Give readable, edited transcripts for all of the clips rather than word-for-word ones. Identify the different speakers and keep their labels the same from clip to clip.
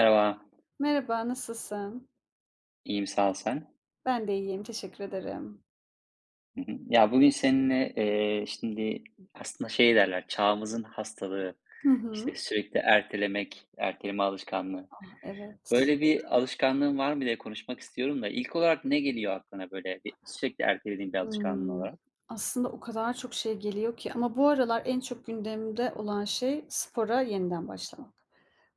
Speaker 1: Merhaba,
Speaker 2: Merhaba, nasılsın?
Speaker 1: iyiyim sağ ol sen.
Speaker 2: Ben de iyiyim, teşekkür ederim.
Speaker 1: Hı hı. Bugün seninle şimdi şey derler, çağımızın hastalığı,
Speaker 2: Hı
Speaker 1: işte
Speaker 2: hı.
Speaker 1: sürekli ertelemek, erteleme alışkanlığı. Böyle
Speaker 2: Evet.
Speaker 1: bir alışkanlığın var mı diye konuşmak istiyorum da ilk olarak ne geliyor aklına böyle bir, sürekli ertelediğin bir alışkanlığın
Speaker 2: Hımm.
Speaker 1: olarak?
Speaker 2: Aslında o kadar çok şey geliyor ki ama bu aralar en çok gündemimde olan şey spora yeniden başlamak.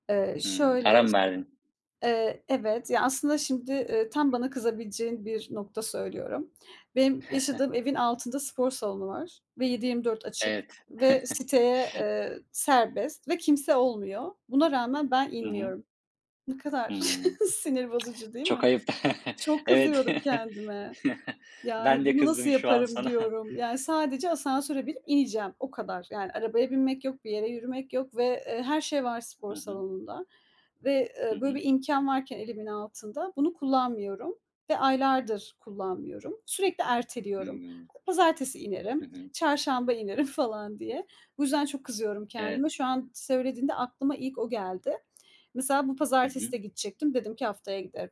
Speaker 1: Hımm, ara
Speaker 2: Şöyle,
Speaker 1: mı verdin?
Speaker 2: evet, ya, aslında şimdi, tam bana kızabileceğin bir nokta söylüyorum. Benim yaşadığım evin altında spor salonu var ve 7/24 açık
Speaker 1: Evet.
Speaker 2: ve siteye, serbest ve kimse olmuyor. Buna rağmen ben
Speaker 1: Hı hı.
Speaker 2: inmiyorum. Ne kadar
Speaker 1: Hımm.
Speaker 2: sinir bozucu değil
Speaker 1: Çok
Speaker 2: mi?
Speaker 1: ayıp.
Speaker 2: Çok
Speaker 1: Evet.
Speaker 2: kızıyorum kendime.
Speaker 1: Ben
Speaker 2: Yani,
Speaker 1: de
Speaker 2: "Bunu
Speaker 1: kızdım
Speaker 2: nasıl
Speaker 1: şu an
Speaker 2: yaparım?"
Speaker 1: sana.
Speaker 2: diyorum. Yani, sadece asansöre binip ineceğim, o kadar. Yani, arabaya binmek yok, bir yere yürümek yok ve, her şey var
Speaker 1: Hı
Speaker 2: spor
Speaker 1: hı.
Speaker 2: salonunda ve,
Speaker 1: Hı
Speaker 2: böyle
Speaker 1: hı.
Speaker 2: bir imkan varken elimin altında bunu kullanmıyorum ve aylardır kullanmıyorum. Sürekli erteliyorum.
Speaker 1: Hımm.
Speaker 2: Pazartesi
Speaker 1: Hı
Speaker 2: inerim,
Speaker 1: hı.
Speaker 2: çarşamba inerim falan diye. Bu yüzden çok kızıyorum
Speaker 1: Evet.
Speaker 2: kendime. Şu an söylediğinde aklıma ilk o geldi. Mesela bu pazartesi de gidecektim. Dedim ki haftaya giderim.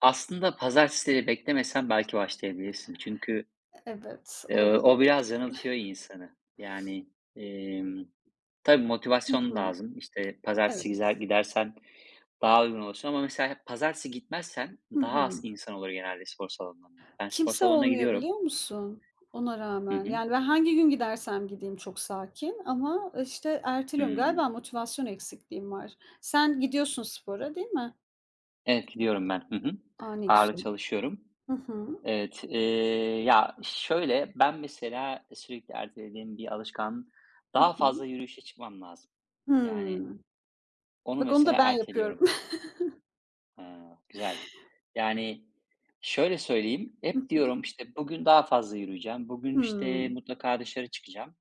Speaker 1: Aslında pazartesileri beklemesen belki başlayabilirsin. Çünkü,
Speaker 2: Evet,
Speaker 1: eee,
Speaker 2: olabilir.
Speaker 1: o biraz yanıltıyor insanı. Yani, emm, tabii
Speaker 2: Hı
Speaker 1: motivasyon
Speaker 2: hı.
Speaker 1: lazım. İşte, pazartesi gizer
Speaker 2: Evet.
Speaker 1: gidersen daha uygun olursun ama mesela pazartesi gitmezsen
Speaker 2: Hı
Speaker 1: daha az
Speaker 2: hı.
Speaker 1: insan olur genelde spor salonuna. Ben spor
Speaker 2: Kimse
Speaker 1: salonuna
Speaker 2: olmuyor
Speaker 1: gidiyorum.
Speaker 2: biliyor musun? Ona
Speaker 1: Hı
Speaker 2: rağmen.
Speaker 1: hı.
Speaker 2: Yani ben hangi gün gidersem gideyim çok sakin ama işte erteliyorum.
Speaker 1: Hımm.
Speaker 2: Galiba motivasyon eksikliğim var. Sen gidiyorsun spora değil mi?
Speaker 1: Evet, gidiyorum ben. Hı hı.
Speaker 2: A, ne
Speaker 1: Ağırlık
Speaker 2: güzel.
Speaker 1: çalışıyorum.
Speaker 2: Hı hı.
Speaker 1: Evet, şöyle, ben mesela sürekli ertelediğim bir alışkanlığım
Speaker 2: Hı
Speaker 1: daha
Speaker 2: hı.
Speaker 1: fazla yürüyüşe çıkmam lazım. Yani
Speaker 2: Hımm.
Speaker 1: Onu
Speaker 2: Bak onu da
Speaker 1: mesela
Speaker 2: ben yapıyorum.
Speaker 1: erteliyorum. Ha, güzel. Yani, şöyle söyleyeyim,
Speaker 2: Hı
Speaker 1: hep
Speaker 2: hı.
Speaker 1: diyorum, işte, bugün daha fazla yürüyeceğim, bugün, işte,
Speaker 2: Hımm.
Speaker 1: mutlaka dışarı çıkacağım.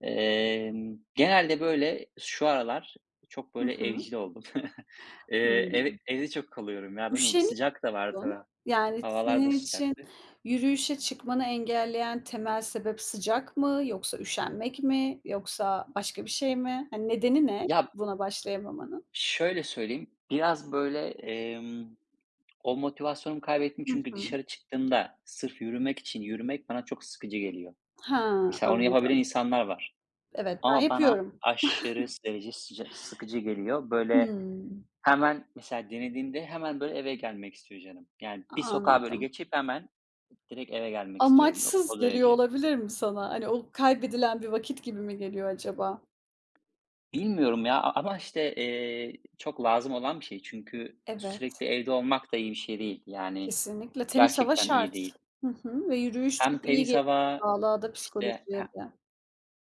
Speaker 1: Genelde, böyle, şu aralar çok,
Speaker 2: Hı
Speaker 1: böyle,
Speaker 2: hı.
Speaker 1: evcil oldum. Eee, ev
Speaker 2: Hımm.
Speaker 1: Evde çok kalıyorum ya, bilmiyorum.
Speaker 2: Üşeniyorum
Speaker 1: Sıcak da var
Speaker 2: mutluyum.
Speaker 1: tabii.
Speaker 2: Yani
Speaker 1: Havalar da
Speaker 2: senin için
Speaker 1: sıcaktı.
Speaker 2: yürüyüşe çıkmanı engelleyen temel sebep sıcak mı yoksa üşenmek mi yoksa başka bir şey mi? Hani nedeni ne
Speaker 1: Ya,
Speaker 2: buna başlayamamanın?
Speaker 1: şöyle söyleyeyim, biraz, böyle, o motivasyonumu kaybettim
Speaker 2: Hı
Speaker 1: çünkü
Speaker 2: hı.
Speaker 1: dışarı çıktığımda sırf yürümek için yürümek bana çok sıkıcı geliyor.
Speaker 2: Ha,
Speaker 1: Mesela onu yapabilen
Speaker 2: anladım.
Speaker 1: insanlar var
Speaker 2: Evet, ben
Speaker 1: ama bana
Speaker 2: yapıyorum.
Speaker 1: aşırı derece sıkıcı geliyor. Böyle
Speaker 2: Hımm,
Speaker 1: hemen mesela denediğimde hemen böyle eve gelmek istiyor canım. Yani bir sokağa böyle
Speaker 2: anladım.
Speaker 1: geçip hemen direkt eve gelmek istiyorum
Speaker 2: Amaçsız
Speaker 1: o
Speaker 2: geliyor
Speaker 1: derece.
Speaker 2: olabilir mi sana? Hani o kaybedilen bir vakit gibi mi geliyor acaba?
Speaker 1: Bilmiyorum ya a ama işte, çok lazım olan bir şey. Çünkü
Speaker 2: Evet,
Speaker 1: sürekli evde olmak da iyi bir şey değil. Yani
Speaker 2: kesinlikle temiz hava
Speaker 1: gerçekten iyi
Speaker 2: şart.
Speaker 1: değil.
Speaker 2: Hı hı ve yürüyüş
Speaker 1: Hem
Speaker 2: çok iyi
Speaker 1: temiz
Speaker 2: geliyor
Speaker 1: hava,
Speaker 2: sağlığa da
Speaker 1: işte
Speaker 2: psikolojiye
Speaker 1: he
Speaker 2: de.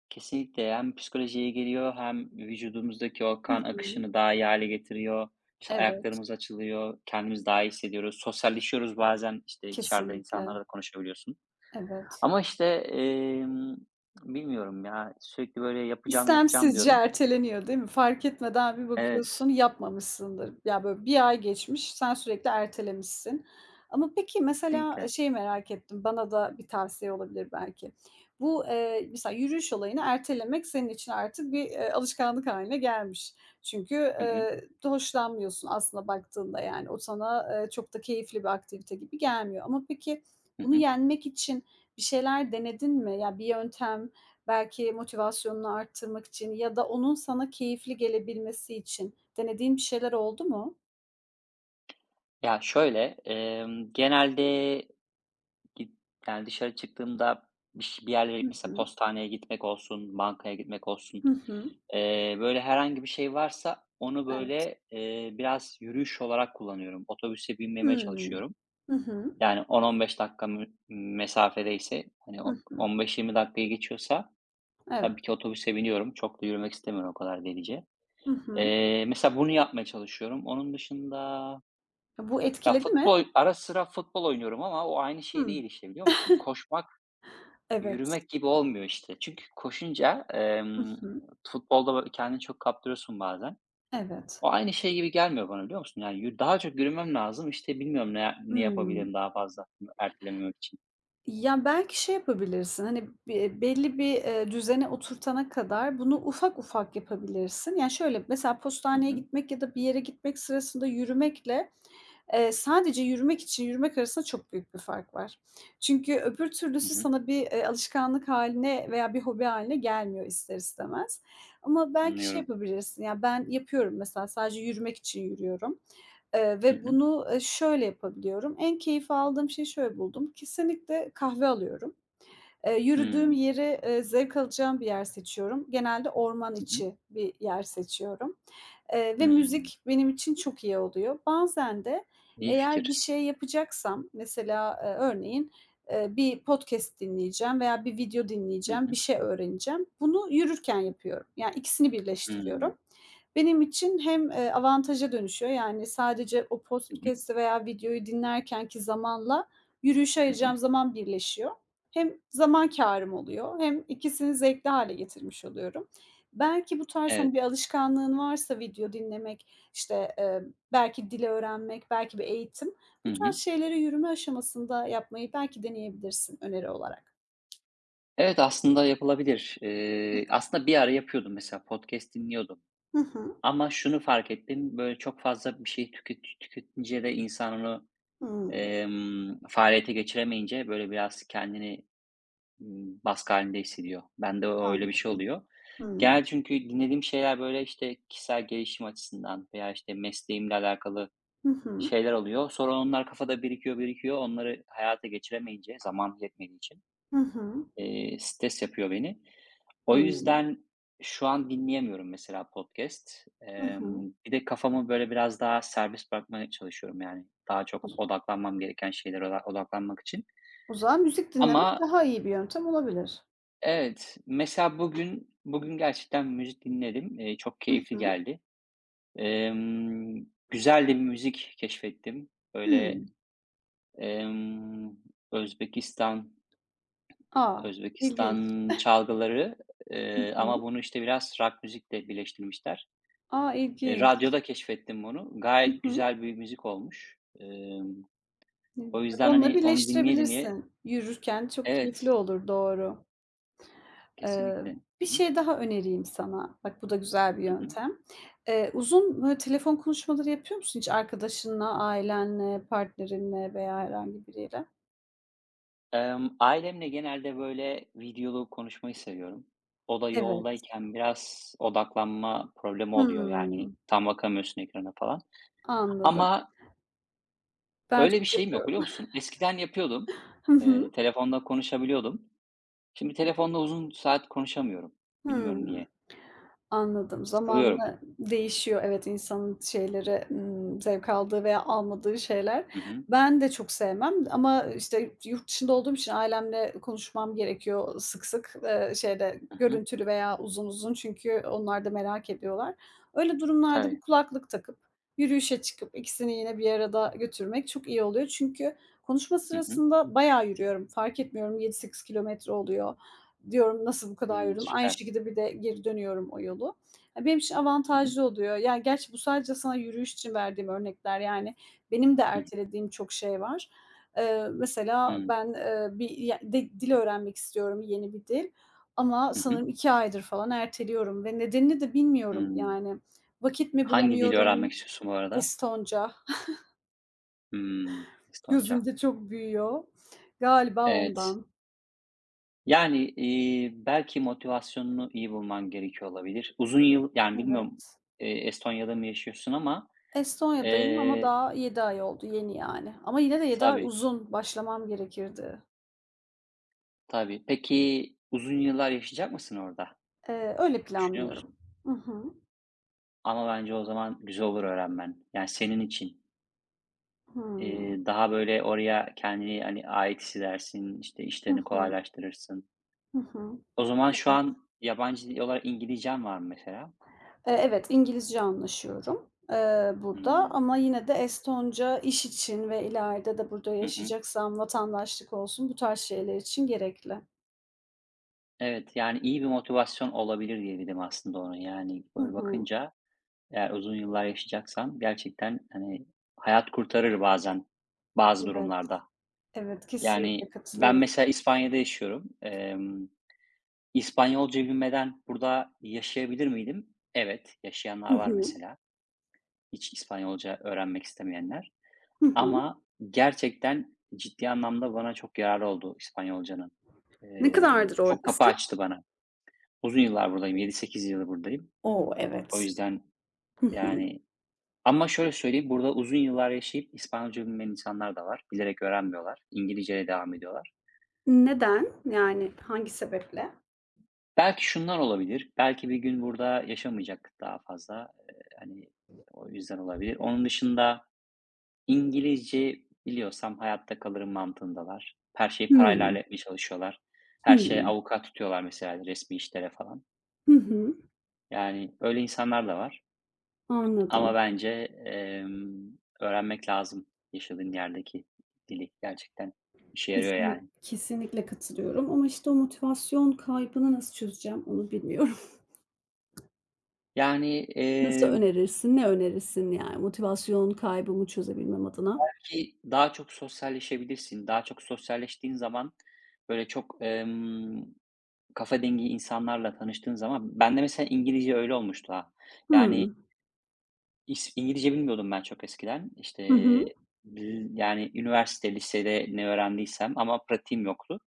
Speaker 1: Kesinlikle hem psikolojiye geliyor hem vücudumuzdaki o
Speaker 2: Hı
Speaker 1: kan
Speaker 2: hı.
Speaker 1: akışını daha iyi hale getiriyor. İşte,
Speaker 2: Evet.
Speaker 1: ayaklarımız açılıyor, kendimizi daha iyi hissediyoruz. Sosyalleşiyoruz bazen, işte, dışarıda
Speaker 2: Kesinlikle,
Speaker 1: insanlarla da konuşabiliyorsun.
Speaker 2: evet.
Speaker 1: Ama, işte, bilmiyorum ya, sürekli böyle yapacağım, yapacağım
Speaker 2: İstemsizce
Speaker 1: diyorum.
Speaker 2: erteleniyor, değil mi? Fark etmeden bir
Speaker 1: Evet,
Speaker 2: bakıyorsun yapmamışsındır. Ya, böyle bir ay geçmiş, sen sürekli ertelemişsin. Ama peki mesela,
Speaker 1: kesinlikle.
Speaker 2: şeyi merak ettim, bana da bir tavsiye olabilir belki. Bu, mesela yürüyüş olayını ertelemek senin için artık bir, alışkanlık haline gelmiş. Çünkü,
Speaker 1: Hı hı.
Speaker 2: hoşlanmıyorsun aslında baktığında, yani, o sana, çok da keyifli bir aktivite gibi gelmiyor. Ama peki
Speaker 1: Hı
Speaker 2: bunu
Speaker 1: hı.
Speaker 2: yenmek için bir şeyler denedin mi? Ya, bir yöntem. Belki motivasyonunu arttırmak için ya da onun sana keyifli gelebilmesi için denediğin bir şeyler oldu mu?
Speaker 1: Ya, şöyle, genelde Git yani dışarı çıktığımda bir yerlere
Speaker 2: Hı
Speaker 1: mesela
Speaker 2: hı.
Speaker 1: postaneye gitmek olsun, bankaya gitmek olsun,
Speaker 2: Hı hı.
Speaker 1: böyle herhangi bir şey varsa onu
Speaker 2: Evet.
Speaker 1: böyle, biraz yürüyüş olarak kullanıyorum. Otobüse binmemeye
Speaker 2: Hımm.
Speaker 1: çalışıyorum.
Speaker 2: Hı hı.
Speaker 1: Yani 10-15 dakika mesafedeyse, hani,
Speaker 2: Hı
Speaker 1: o
Speaker 2: hı.
Speaker 1: 15-20 dakikayı geçiyorsa
Speaker 2: Evet.
Speaker 1: tabii ki otobüse biniyorum. Çok da yürümek istemiyorum o kadar delice.
Speaker 2: Hı hı.
Speaker 1: Mesela bunu yapmaya çalışıyorum. Onun dışında
Speaker 2: Bu
Speaker 1: ya
Speaker 2: etkiledi mi?
Speaker 1: futbol ara sıra futbol oynuyorum ama o aynı şey
Speaker 2: Hımm.
Speaker 1: değil işte biliyor musun?
Speaker 2: Evet.
Speaker 1: Yürümek gibi olmuyor işte. Çünkü koşunca,
Speaker 2: Hı hı.
Speaker 1: futbolda böyle kendini çok kaptırıyorsun bazen.
Speaker 2: Evet.
Speaker 1: O aynı şey gibi gelmiyor bana, biliyor musun? Yani daha çok yürümem lazım. İşte bilmiyorum ne
Speaker 2: Hımm.
Speaker 1: yapabilirim daha fazla bunu ertelememek için.
Speaker 2: Ya, belki şey yapabilirsin, hani, belli bir, düzene oturtana kadar bunu ufak ufak yapabilirsin. Yani, şöyle, mesela
Speaker 1: Hı
Speaker 2: postaneye
Speaker 1: hı.
Speaker 2: gitmek ya da bir yere gitmek sırasında yürümekle sadece yürümek için yürümek arasında çok büyük bir fark var. Çünkü öbür
Speaker 1: Hı
Speaker 2: türlüsü
Speaker 1: hı.
Speaker 2: sana bir, alışkanlık hâline veya bir hobi hâline gelmiyor ister istemez. Ama belki şey
Speaker 1: Anlıyorum.
Speaker 2: yapabilirsin, ya, ben yapıyorum mesela, sadece yürümek için yürüyorum,
Speaker 1: Hı
Speaker 2: ve
Speaker 1: hı.
Speaker 2: bunu, şöyle yapabiliyorum. En keyif aldığım şeyi şöyle buldum. Kesinlikle kahve alıyorum. Yürüdüğüm
Speaker 1: Hımm.
Speaker 2: yeri, zevk alacağım bir yer seçiyorum. Genelde orman
Speaker 1: Hı hı.
Speaker 2: içi bir yer seçiyorum. Ve
Speaker 1: Hımm.
Speaker 2: müzik benim için çok iyi oluyor. Bazen de
Speaker 1: İyi
Speaker 2: eğer bir
Speaker 1: fikir.
Speaker 2: şey yapacaksam mesela, örneğin, bir podcast dinleyeceğim veya bir video
Speaker 1: Hı
Speaker 2: dinleyeceğim, bir
Speaker 1: hı.
Speaker 2: şey öğreneceğim. Bunu yürürken yapıyorum. Yani ikisini birleştiriyorum.
Speaker 1: Hımm.
Speaker 2: Benim için hem, avantaja dönüşüyor, yani sadece o
Speaker 1: Hı hı.
Speaker 2: podcast'i veya videoyu dinlerkenki zamanla yürüyüşe
Speaker 1: Hı hı.
Speaker 2: ayıracağım zaman birleşiyor. Hem zaman kârım oluyor hem ikisini zevkli hâle getirmiş oluyorum. Belki bu tarz, hani,
Speaker 1: Evet.
Speaker 2: bir alışkanlığın varsa video dinlemek, işte, belki dil öğrenmek, belki bir eğitim, bu
Speaker 1: Hı
Speaker 2: tarz
Speaker 1: hı.
Speaker 2: şeyleri yürüme aşamasında yapmayı belki deneyebilirsin öneri olarak.
Speaker 1: Evet, aslında yapılabilir. Aslında bir ara yapıyordum mesela podcast dinliyordum.
Speaker 2: Hı hı.
Speaker 1: Ama şunu fark ettim, böyle, çok fazla bir şey tüketince de insan onu,
Speaker 2: Hımm,
Speaker 1: faaliyete geçiremeyince, böyle, biraz kendini, baskı halinde hissediyor. Bende o öyle bir şey
Speaker 2: anladım.
Speaker 1: oluyor.
Speaker 2: Hımm.
Speaker 1: Genel çünkü dinlediğim şeyler, böyle, işte, kişisel gelişim açısından veya, işte, mesleğimle alakalı
Speaker 2: Hı hı.
Speaker 1: şeyler oluyor. Sonra onlar kafada birikiyor, birikiyor. Onları hayata geçiremeyince, zaman yetmediği için,
Speaker 2: Hı hı.
Speaker 1: stres yapıyor beni. O
Speaker 2: Hımm.
Speaker 1: yüzden şu an dinleyemiyorum mesela podcast.
Speaker 2: Hı hı.
Speaker 1: Bir de kafamı, böyle, biraz daha serbest bırakmaya çalışıyorum, yani, daha
Speaker 2: O
Speaker 1: çok
Speaker 2: z
Speaker 1: odaklanmam gereken şeylere odaklanmak için.
Speaker 2: o zaman müzik dinlemek
Speaker 1: Ama
Speaker 2: daha iyi bir yöntem olabilir.
Speaker 1: evet, mesela bugün gerçekten müzik dinledim. Çok
Speaker 2: Hı
Speaker 1: keyifli
Speaker 2: hı.
Speaker 1: geldi. Emm, Güzel de bir müzik keşfettim. Böyle,
Speaker 2: Hımm.
Speaker 1: emm, Özbekistan
Speaker 2: A! İlginç.
Speaker 1: Özbekistan çalgıları,
Speaker 2: Hı hı.
Speaker 1: ama bunu, işte, biraz rock müzikle birleştirmişler.
Speaker 2: A, ilginç.
Speaker 1: Radyoda keşfettim bunu.
Speaker 2: Hı
Speaker 1: Gayet
Speaker 2: hı.
Speaker 1: güzel bir müzik olmuş.
Speaker 2: Evet,
Speaker 1: O
Speaker 2: bak,
Speaker 1: yüzden,
Speaker 2: onunla
Speaker 1: hani, onu dinleye dinleye
Speaker 2: birleştirebilirsin. Yürürken çok
Speaker 1: Evet,
Speaker 2: keyifli olur, doğru. Eee,
Speaker 1: kesinlikle.
Speaker 2: bir
Speaker 1: Hı hı.
Speaker 2: şey daha önereyim sana. Bak bu da güzel bir
Speaker 1: Hı hı.
Speaker 2: yöntem. Uzun, böyle, telefon konuşmaları yapıyor musun hiç arkadaşınla, ailenle, partnerinle veya herhangi biriyle?
Speaker 1: Ailemle genelde, böyle, videolu konuşmayı seviyorum. O da
Speaker 2: Evet.
Speaker 1: yoldayken biraz odaklanma problemi oluyor, yani,
Speaker 2: Hımm,
Speaker 1: tam bakamıyorsun ekrana falan.
Speaker 2: anladım.
Speaker 1: Ama
Speaker 2: Ben
Speaker 1: öyle bir
Speaker 2: çok
Speaker 1: şeyim yok,
Speaker 2: yapıyorum.
Speaker 1: biliyor musun? Eskiden yapıyordum.
Speaker 2: Hı hı.
Speaker 1: Telefonda konuşabiliyordum. Şimdi telefonda uzun saat konuşamıyorum. Bilmiyorum
Speaker 2: Hımm.
Speaker 1: niye.
Speaker 2: Anladım.
Speaker 1: Sıkılıyorum.
Speaker 2: Zamanla değişiyor, evet, insanın şeyleri, zevk aldığı veya almadığı şeyler.
Speaker 1: Hı hı.
Speaker 2: Ben de çok sevmem ama, işte, yurt dışında olduğum için ailemle konuşmam gerekiyor sık sık, şeyde,
Speaker 1: Hı hı.
Speaker 2: görüntülü veya uzun uzun çünkü onlar da merak ediyorlar. Öyle durumlarda bir
Speaker 1: Tabii.
Speaker 2: kulaklık takıp, yürüyüşe çıkıp ikisini yine bir arada götürmek çok iyi oluyor. Çünkü konuşma
Speaker 1: Hı hı.
Speaker 2: sırasında bayağı yürüyorum, fark etmiyorum, 7-8 kilometre oluyor. Diyorum, "Nasıl bu kadar
Speaker 1: Hımm,
Speaker 2: yürüdüm?" Aynı
Speaker 1: süper.
Speaker 2: şekilde bir de geri dönüyorum o yolu. Ya, benim için
Speaker 1: Hı hı.
Speaker 2: avantajlı oluyor. Ya, gerçi bu sadece sana yürüyüş için verdiğim örnekler. Yani benim de
Speaker 1: Hı hı.
Speaker 2: ertelediğim çok şey var. Mesela
Speaker 1: Hımm.
Speaker 2: ben, bir ya di dil öğrenmek istiyorum, yeni bir dil ama
Speaker 1: Hı hı.
Speaker 2: sanırım 2 aydır falan erteliyorum ve nedenini de bilmiyorum
Speaker 1: Hımm.
Speaker 2: yani. Vakit mi
Speaker 1: Hangi dili öğrenmek
Speaker 2: bulamıyorum?
Speaker 1: istiyorsun bu arada?
Speaker 2: Estonca
Speaker 1: Hımm, Estonca.
Speaker 2: gözümde çok büyüyor. Galiba
Speaker 1: Evet.
Speaker 2: ondan.
Speaker 1: Yani, belki motivasyonunu iyi bulman gerekiyor olabilir. Uzun yıl yani bilmiyorum,
Speaker 2: Evet.
Speaker 1: Estonya'da mı yaşıyorsun ama,
Speaker 2: Estonya'dayım ama
Speaker 1: eee
Speaker 2: daha 7 ay oldu, yeni yani. Ama yine de 7 ay
Speaker 1: Tabii,
Speaker 2: uzun, başlamam gerekirdi.
Speaker 1: tabii. Peki uzun yıllar yaşayacak mısın orada?
Speaker 2: Öyle
Speaker 1: Düşünüyor
Speaker 2: planlıyorum.
Speaker 1: musun?
Speaker 2: I hı.
Speaker 1: Ama bence o zaman güzel olur öğrenmen. Yani senin için.
Speaker 2: Hımm.
Speaker 1: Daha böyle oraya kendini, hani, ait hissedersin, işte,
Speaker 2: Hı
Speaker 1: işlerini
Speaker 2: hı.
Speaker 1: kolaylaştırırsın.
Speaker 2: Hı hı.
Speaker 1: O zaman şu
Speaker 2: Evet.
Speaker 1: an yabancı dil olarak İngilizcen var mı mesela?
Speaker 2: Evet, İngilizce anlaşıyorum, burada
Speaker 1: Hımm.
Speaker 2: ama yine de Estonca iş için ve ileride de burada
Speaker 1: Hı hı.
Speaker 2: yaşayacaksam vatandaşlık olsun, bu tarz şeyler için gerekli.
Speaker 1: Evet, yani iyi bir motivasyon olabilir diye dedim aslında ona. Yani,
Speaker 2: Hı
Speaker 1: böyle
Speaker 2: hı.
Speaker 1: bakınca eğer uzun yıllar yaşayacaksan gerçekten, hani, hayat kurtarır bazen, bazı
Speaker 2: Evet,
Speaker 1: durumlarda.
Speaker 2: evet, kesinlikle
Speaker 1: Yani, ben
Speaker 2: katılıyorum.
Speaker 1: mesela İspanya'da yaşıyorum. İspanyolca bilmeden burada yaşayabilir miydim? Evet,
Speaker 2: Hı
Speaker 1: yaşayanlar var
Speaker 2: hı.
Speaker 1: mesela. Hiç İspanyolca öğrenmek istemeyenler.
Speaker 2: Hı hı.
Speaker 1: Ama gerçekten ciddi anlamda bana çok yararı oldu İspanyolcanın.
Speaker 2: Ne kadardır
Speaker 1: Çok kapı
Speaker 2: oradasın?
Speaker 1: açtı bana. Uzun yıllar buradayım, yedi sekiz yıldır buradayım.
Speaker 2: O!
Speaker 1: O
Speaker 2: Evet.
Speaker 1: yüzden,
Speaker 2: Hı hı.
Speaker 1: yani ama şöyle söyleyeyim, burada uzun yıllar yaşayıp İspanyolca bilmeyen insanlar da var. Bilerek öğrenmiyorlar. İngilizceyle devam ediyorlar.
Speaker 2: Neden? Yani hangi sebeple?
Speaker 1: Belki şunlar olabilir, belki bir gün burada yaşamayacak daha fazla. Hani, o yüzden olabilir. Onun dışında İngilizce biliyorsam hayatta kalırım mantığındalar. Her şeyi parayla
Speaker 2: Hımm.
Speaker 1: halletmeye çalışıyorlar. Her şeye
Speaker 2: Hımm.
Speaker 1: avukat tutuyorlar mesela resmi işlere falan.
Speaker 2: Hı hı.
Speaker 1: Yani öyle insanlar da var ama
Speaker 2: Anladım.
Speaker 1: bence, öğrenmek lazım yaşadığın yerdeki dili. Gerçekten işe yarıyor
Speaker 2: Kesin
Speaker 1: yani.
Speaker 2: kesinlikle katılıyorum ama, işte, o motivasyon kaybını nasıl çözeceğim onu bilmiyorum.
Speaker 1: Yani,
Speaker 2: Nasıl önerirsin, ne önerirsin yani motivasyon kaybımı çözebilmem adına?
Speaker 1: ki daha çok sosyalleşebilirsin. Daha çok sosyalleştiğin zaman böyle çok, kafa dengi insanlarla tanıştığın zaman Ben de mesela İngilizce öyle olmuştu ha. Yani,
Speaker 2: Hımm.
Speaker 1: İngilizce bilmiyordum ben çok eskiden. İşte,
Speaker 2: Hı hı.
Speaker 1: yani üniversite, lisede ne öğrendiysem ama pratiğim yoktu.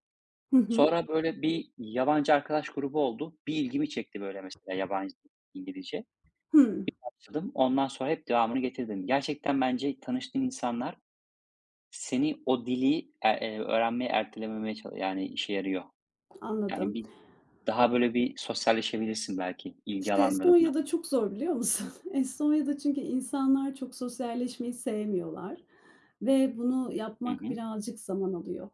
Speaker 2: Hı hı.
Speaker 1: Sonra böyle bir yabancı arkadaş grubu oldu. Bir ilgimi çekti böyle mesela yabancı dil, İngilizce.
Speaker 2: Hımm.
Speaker 1: Başladım. Ondan sonra hep devamını getirdim. Gerçekten bence tanıştığın insanlar seni o dili öğrenmeye ertelememeye yani işe yarıyor. Yani
Speaker 2: Anladım.
Speaker 1: bir daha böyle bir sosyalleşebilirsin belki ilgi
Speaker 2: İşte,
Speaker 1: alanlarında.
Speaker 2: Estonya'da çok zor biliyor musun? Estonya'da çünkü insanlar çok sosyalleşmeyi sevmiyorlar ve bunu
Speaker 1: Hı
Speaker 2: yapmak
Speaker 1: hı.
Speaker 2: birazcık zaman alıyor.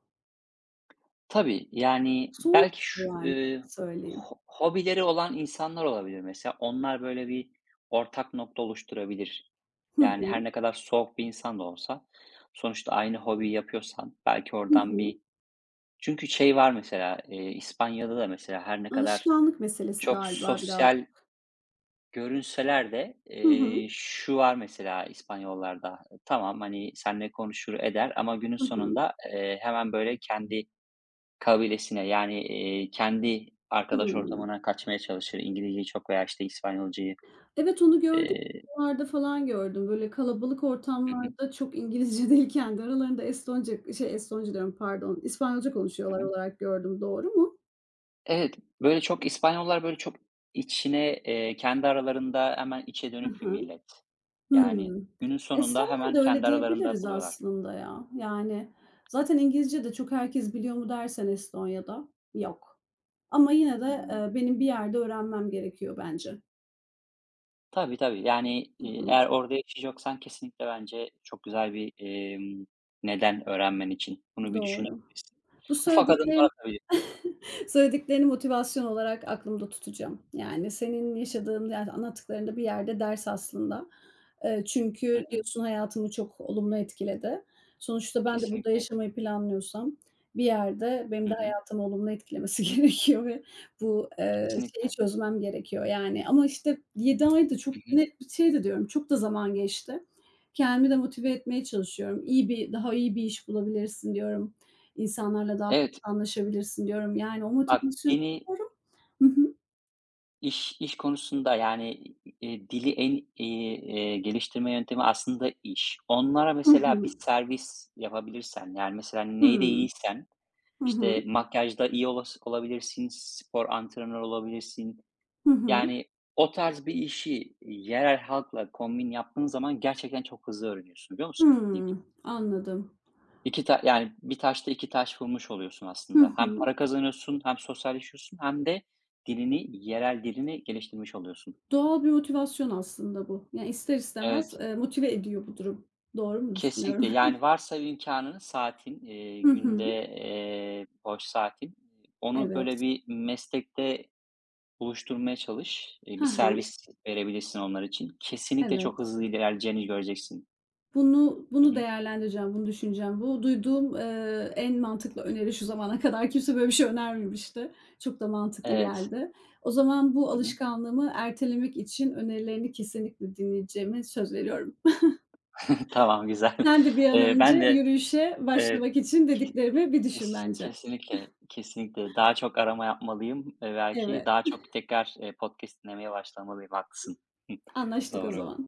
Speaker 1: Tabii, yani,
Speaker 2: Soğuk
Speaker 1: belki şu,
Speaker 2: yani, öyle söyleyeyim.
Speaker 1: hobileri olan insanlar olabilir mesela. Onlar böyle bir ortak nokta oluşturabilir.
Speaker 2: Hı
Speaker 1: Yani,
Speaker 2: hı.
Speaker 1: her ne kadar soğuk bir insan da olsa sonuçta aynı hobiyi yapıyorsan belki
Speaker 2: Hı
Speaker 1: oradan
Speaker 2: hı.
Speaker 1: bir Çünkü şey var mesela, İspanya'da da mesela her ne kadar
Speaker 2: Alışkanlık meselesi
Speaker 1: çok
Speaker 2: galiba birazcık.
Speaker 1: sosyal görünseler de,
Speaker 2: Hı hı.
Speaker 1: şu var mesela İspanyollarda, tamam, hani, seninle konuşur eder ama günün
Speaker 2: Hı hı.
Speaker 1: sonunda, hemen böyle kendi kabilesine, yani, kendi arkadaş
Speaker 2: Hımm.
Speaker 1: ortamına kaçmaya çalışır. İngilizceyi çok veya, işte, İspanyolcayı,
Speaker 2: Evet, onu gördüm.
Speaker 1: eee
Speaker 2: Videolarda falan gördüm. Böyle kalabalık
Speaker 1: Hı hı.
Speaker 2: ortamlarda çok İngilizce değil kendi aralarında Estonca şey, Estonca diyorum pardon, İspanyolca
Speaker 1: Hı
Speaker 2: konuşuyorlar
Speaker 1: hı.
Speaker 2: olarak gördüm. Doğru mu?
Speaker 1: Evet, böyle, çok İspanyollar, böyle, çok içine, kendi aralarında hemen içe
Speaker 2: Hı
Speaker 1: dönük bir
Speaker 2: hı.
Speaker 1: millet. Yani,
Speaker 2: Hımm.
Speaker 1: günün sonunda
Speaker 2: Estonlar
Speaker 1: hemen
Speaker 2: da öyle
Speaker 1: kendi aralarında
Speaker 2: diyebiliriz
Speaker 1: buluyorlar.
Speaker 2: aslında ya. Yani zaten İngilizce de çok herkes biliyor mu dersen Estonya'da yok. Ama yine de,
Speaker 1: Hımm.
Speaker 2: benim bir yerde öğrenmem gerekiyor bence.
Speaker 1: Tabii, tabii. Yani,
Speaker 2: Hı hı.
Speaker 1: eğer orada yaşayacaksan kesinlikle bence çok güzel bir, neden öğrenmen için. Bunu bir
Speaker 2: Doğru.
Speaker 1: düşünebilirsin.
Speaker 2: Bu
Speaker 1: Ufak adımlar
Speaker 2: söylediklerin
Speaker 1: atabilir
Speaker 2: söylediklerini motivasyon olarak aklımda tutacağım. Yani senin yaşadığın, yani anlattıklarında bir yerde ders aslında. Eee,
Speaker 1: Hı
Speaker 2: çünkü
Speaker 1: hı.
Speaker 2: diyorsun hayatımı çok olumlu etkiledi. Sonuçta ben de burada
Speaker 1: Kesinlikle.
Speaker 2: yaşamayı planlıyorsam bir yerde benim
Speaker 1: Hı
Speaker 2: de
Speaker 1: hı.
Speaker 2: hayatımı olumlu etkilemesi gerekiyor ve bu, şeyi
Speaker 1: Kesinlikle.
Speaker 2: çözmem gerekiyor yani. Ama işte 7 ay da
Speaker 1: Hı
Speaker 2: çok
Speaker 1: hı.
Speaker 2: net bir şey de diyorum, çok da zaman geçti. Kendimi de motive etmeye çalışıyorum. İyi bir daha iyi bir iş bulabilirsin diyorum. İnsanlarla daha çok
Speaker 1: Evet,
Speaker 2: anlaşabilirsin diyorum. Yani o
Speaker 1: bak
Speaker 2: motivasyonu
Speaker 1: beni iş konusunda, yani, dili en iyi, geliştirme yöntemi aslında iş. Onlara
Speaker 2: Hı hı. Hı
Speaker 1: mesela bir
Speaker 2: hı.
Speaker 1: servis yapabilirsen, yani, mesela neyde
Speaker 2: Hımm.
Speaker 1: iyiysen,
Speaker 2: Hı
Speaker 1: işte,
Speaker 2: hı.
Speaker 1: makyajda iyi olas olabilirsin, spor antrenörü olabilirsin.
Speaker 2: Hı hı.
Speaker 1: Yani, o tarz bir işi yerel halkla kombin yaptığın zaman gerçekten çok hızlı öğreniyorsun, biliyor musun?
Speaker 2: Hımm. Anladım.
Speaker 1: 2 ta yani, bir taşla 2 taş vurmuş oluyorsun
Speaker 2: Hı
Speaker 1: aslında. Hem
Speaker 2: hı.
Speaker 1: para kazanıyorsun hem sosyalleşiyorsun hem de dilini, yerel dilini geliştirmiş oluyorsun.
Speaker 2: Doğal bir motivasyon aslında bu. Yani ister istemez,
Speaker 1: Evet,
Speaker 2: motive ediyor bu durum. Doğru mu
Speaker 1: kesinlikle.
Speaker 2: düşünüyorum?
Speaker 1: Yani, varsa imkânın, saatin,
Speaker 2: Hı
Speaker 1: günde,
Speaker 2: hı.
Speaker 1: boş saatin, onu böyle
Speaker 2: Evet.
Speaker 1: bir meslekte buluşturmaya çalış.
Speaker 2: Hı
Speaker 1: Bir
Speaker 2: hı.
Speaker 1: servis verebilirsin onlar için. Kesinlikle çok
Speaker 2: Evet.
Speaker 1: hızlı ilerleyeceğini göreceksin.
Speaker 2: Bunu
Speaker 1: Hı
Speaker 2: bunu
Speaker 1: hı.
Speaker 2: değerlendireceğim, bunu düşüneceğim. Bu duyduğum, en mantıklı öneri şu zamana kadar kimse böyle bir şey önermemişti. Çok da mantıklı
Speaker 1: Evet.
Speaker 2: geldi. O zaman bu
Speaker 1: Hı hı.
Speaker 2: alışkanlığımı ertelemek için önerilerini kesinlikle dinleyeceğime söz veriyorum.
Speaker 1: Tamam, güzel.
Speaker 2: Sen de bir an
Speaker 1: Eee,
Speaker 2: önce
Speaker 1: ben de
Speaker 2: yürüyüşe
Speaker 1: Evet.
Speaker 2: başlamak için dediklerimi bir düşün bence.
Speaker 1: Kesinlikle, kesinlikle. Daha çok arama yapmalıyım, belki.
Speaker 2: Evet,
Speaker 1: Daha çok tekrar, podcast dinlemeye başlamalıyım. Haklısın.
Speaker 2: anlaştık o
Speaker 1: Doğru.
Speaker 2: zaman.